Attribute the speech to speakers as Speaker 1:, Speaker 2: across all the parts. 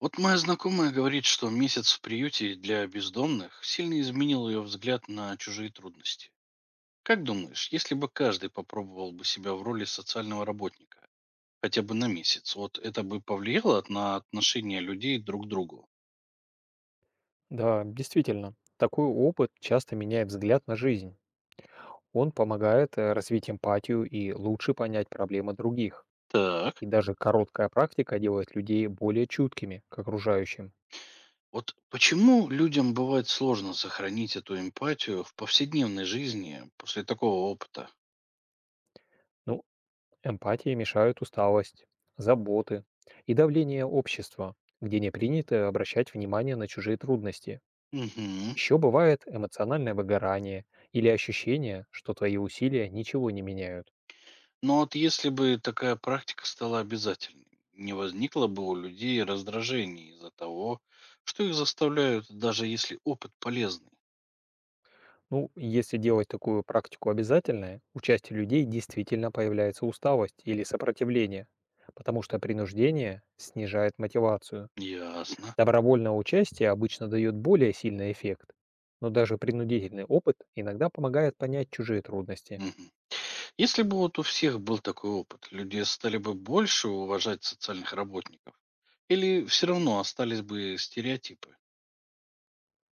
Speaker 1: Вот моя знакомая говорит, что месяц в приюте для бездомных сильно изменил ее взгляд на чужие трудности. Как думаешь, если бы каждый попробовал бы себя в роли социального работника, хотя бы на месяц, вот это бы повлияло на отношения людей друг к другу?
Speaker 2: Да, действительно, такой опыт часто меняет взгляд на жизнь. Он помогает развить эмпатию и лучше понять проблемы других.
Speaker 1: Так.
Speaker 2: И даже короткая практика делает людей более чуткими к окружающим.
Speaker 1: Вот почему людям бывает сложно сохранить эту эмпатию в повседневной жизни после такого опыта?
Speaker 2: Ну, эмпатии мешают усталость, заботы и давление общества, где не принято обращать внимание на чужие трудности.
Speaker 1: Угу.
Speaker 2: Еще бывает эмоциональное выгорание или ощущение, что твои усилия ничего не меняют.
Speaker 1: Но вот если бы такая практика стала обязательной, не возникло бы у людей раздражений из-за того, что их заставляют, даже если опыт полезный.
Speaker 2: Ну, если делать такую практику обязательной, у части людей действительно появляется усталость или сопротивление, потому что принуждение снижает мотивацию.
Speaker 1: Ясно.
Speaker 2: Добровольное участие обычно дает более сильный эффект, но даже принудительный опыт иногда помогает понять чужие трудности.
Speaker 1: Мгм. Если бы вот у всех был такой опыт, люди стали бы больше уважать социальных работников? Или все равно остались бы стереотипы?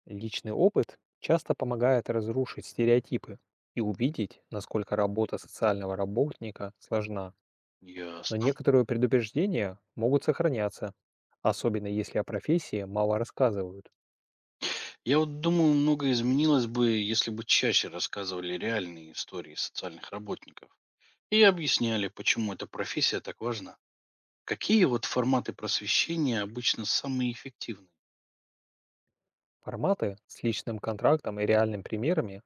Speaker 2: Личный опыт часто помогает разрушить стереотипы и увидеть, насколько работа социального работника сложна. Но
Speaker 1: Ясно.
Speaker 2: некоторые предупреждения могут сохраняться, особенно если о профессии мало рассказывают.
Speaker 1: Я вот думаю, многое изменилось бы, если бы чаще рассказывали реальные истории социальных работников и объясняли, почему эта профессия так важна. Какие вот форматы просвещения обычно самые эффективные?
Speaker 2: Форматы с личным контрактом и реальными примерами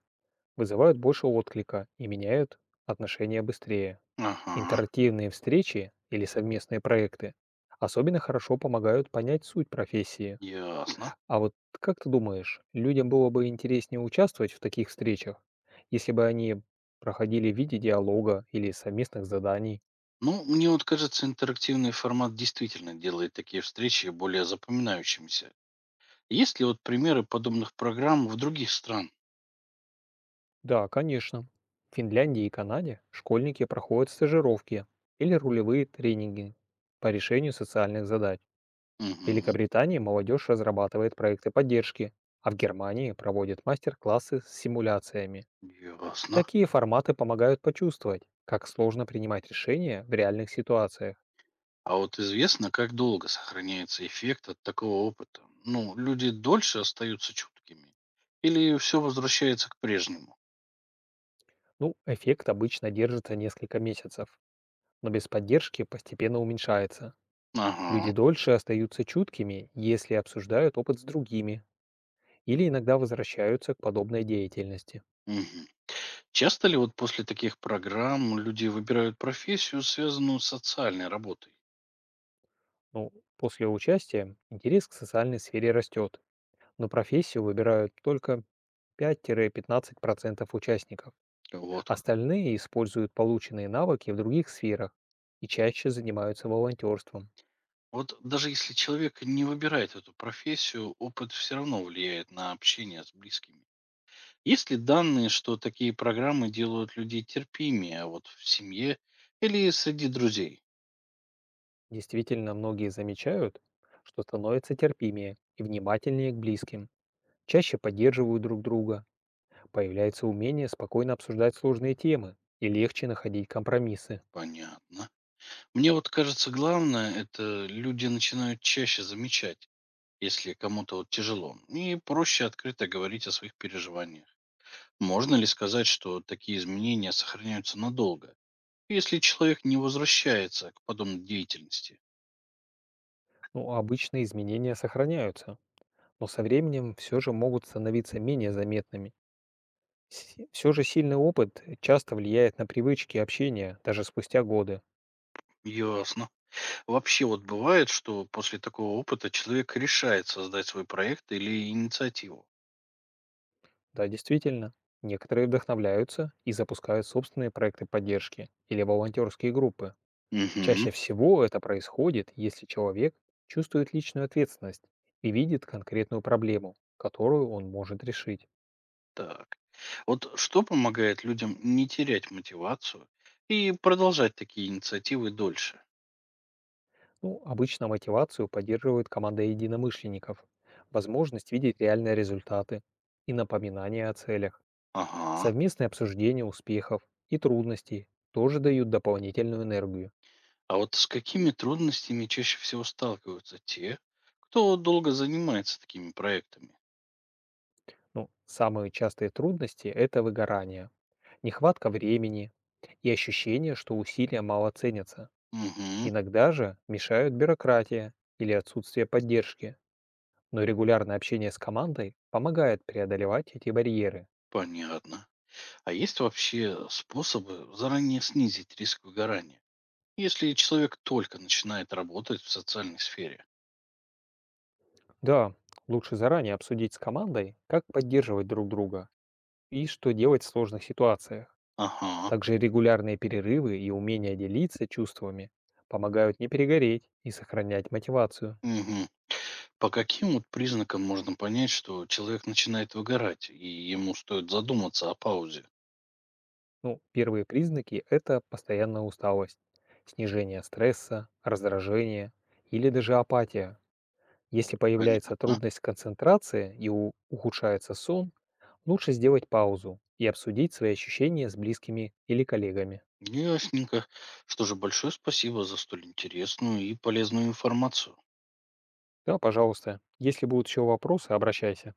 Speaker 2: вызывают больше отклика и меняют отношения быстрее.
Speaker 1: Ага,
Speaker 2: Интерактивные встречи или совместные проекты особенно хорошо помогают понять суть профессии.
Speaker 1: ясно.
Speaker 2: А вот как ты думаешь, людям было бы интереснее участвовать в таких встречах, если бы они проходили в виде диалога или совместных заданий?
Speaker 1: Ну, мне вот кажется, интерактивный формат действительно делает такие встречи более запоминающимися. Есть ли вот примеры подобных программ в других странах?
Speaker 2: Да, конечно. В Финляндии и Канаде школьники проходят стажировки или рулевые тренинги по решению социальных задач. В
Speaker 1: Угу,
Speaker 2: Великобритании молодежь разрабатывает проекты поддержки, а в Германии проводят мастер-классы с симуляциями.
Speaker 1: ясно.
Speaker 2: Такие форматы помогают почувствовать, как сложно принимать решения в реальных ситуациях.
Speaker 1: А вот известно, как долго сохраняется эффект от такого опыта? Ну, люди дольше остаются чуткими? Или все возвращается к прежнему?
Speaker 2: Ну, эффект обычно держится несколько месяцев, но без поддержки постепенно уменьшается. Люди
Speaker 1: Ага,
Speaker 2: дольше остаются чуткими, если обсуждают опыт с другими, или иногда возвращаются к подобной деятельности.
Speaker 1: мгм. Часто ли вот после таких программ люди выбирают профессию, связанную с социальной работой?
Speaker 2: Ну, после участия интерес к социальной сфере растет, но профессию выбирают только 5-15% участников.
Speaker 1: Вот.
Speaker 2: Остальные используют полученные навыки в других сферах и чаще занимаются волонтерством.
Speaker 1: Вот даже если человек не выбирает эту профессию, опыт все равно влияет на общение с близкими. Есть ли данные, что такие программы делают людей терпимее, а вот в семье или среди друзей?
Speaker 2: Действительно, многие замечают, что становятся терпимее и внимательнее к близким, чаще поддерживают друг друга, появляется умение спокойно обсуждать сложные темы и легче находить компромиссы.
Speaker 1: Понятно. Мне вот кажется, главное, это люди начинают чаще замечать, если кому-то вот тяжело, и проще открыто говорить о своих переживаниях. Можно ли сказать, что такие изменения сохраняются надолго, если человек не возвращается к подобной деятельности?
Speaker 2: Ну, обычно изменения сохраняются, но со временем все же могут становиться менее заметными. Все же сильный опыт часто влияет на привычки общения, даже спустя годы.
Speaker 1: Ясно. Вообще вот бывает, что после такого опыта человек решает создать свой проект или инициативу.
Speaker 2: Да, действительно. Некоторые вдохновляются и запускают собственные проекты поддержки или волонтерские группы.
Speaker 1: Угу.
Speaker 2: Чаще всего это происходит, если человек чувствует личную ответственность и видит конкретную проблему, которую он может решить.
Speaker 1: Так. Вот что помогает людям не терять мотивацию и продолжать такие инициативы дольше?
Speaker 2: Ну, обычно мотивацию поддерживает команда единомышленников, возможность видеть реальные результаты и напоминания о целях,
Speaker 1: Ага.
Speaker 2: совместное обсуждение успехов и трудностей тоже дают дополнительную энергию.
Speaker 1: А вот с какими трудностями чаще всего сталкиваются те, кто долго занимается такими проектами?
Speaker 2: Ну, самые частые трудности – это выгорание, нехватка времени и ощущение, что усилия мало ценятся.
Speaker 1: Угу.
Speaker 2: Иногда же мешают бюрократия или отсутствие поддержки, но регулярное общение с командой помогает преодолевать эти барьеры.
Speaker 1: Понятно. А есть вообще способы заранее снизить риск выгорания, если человек только начинает работать в социальной сфере?
Speaker 2: Да, лучше заранее обсудить с командой, как поддерживать друг друга и что делать в сложных ситуациях.
Speaker 1: Ага.
Speaker 2: Также регулярные перерывы и умение делиться чувствами помогают не перегореть и сохранять мотивацию.
Speaker 1: Мгм. По каким вот признакам можно понять, что человек начинает выгорать, и ему стоит задуматься о паузе?
Speaker 2: Ну, первые признаки – это постоянная усталость, снижение стресса, раздражение или даже апатия. Если появляется
Speaker 1: Понятно.
Speaker 2: трудность концентрации и ухудшается сон, лучше сделать паузу и обсудить свои ощущения с близкими или коллегами.
Speaker 1: Ясненько. Что же, большое спасибо за столь интересную и полезную информацию.
Speaker 2: Да, пожалуйста. Если будут еще вопросы, обращайся.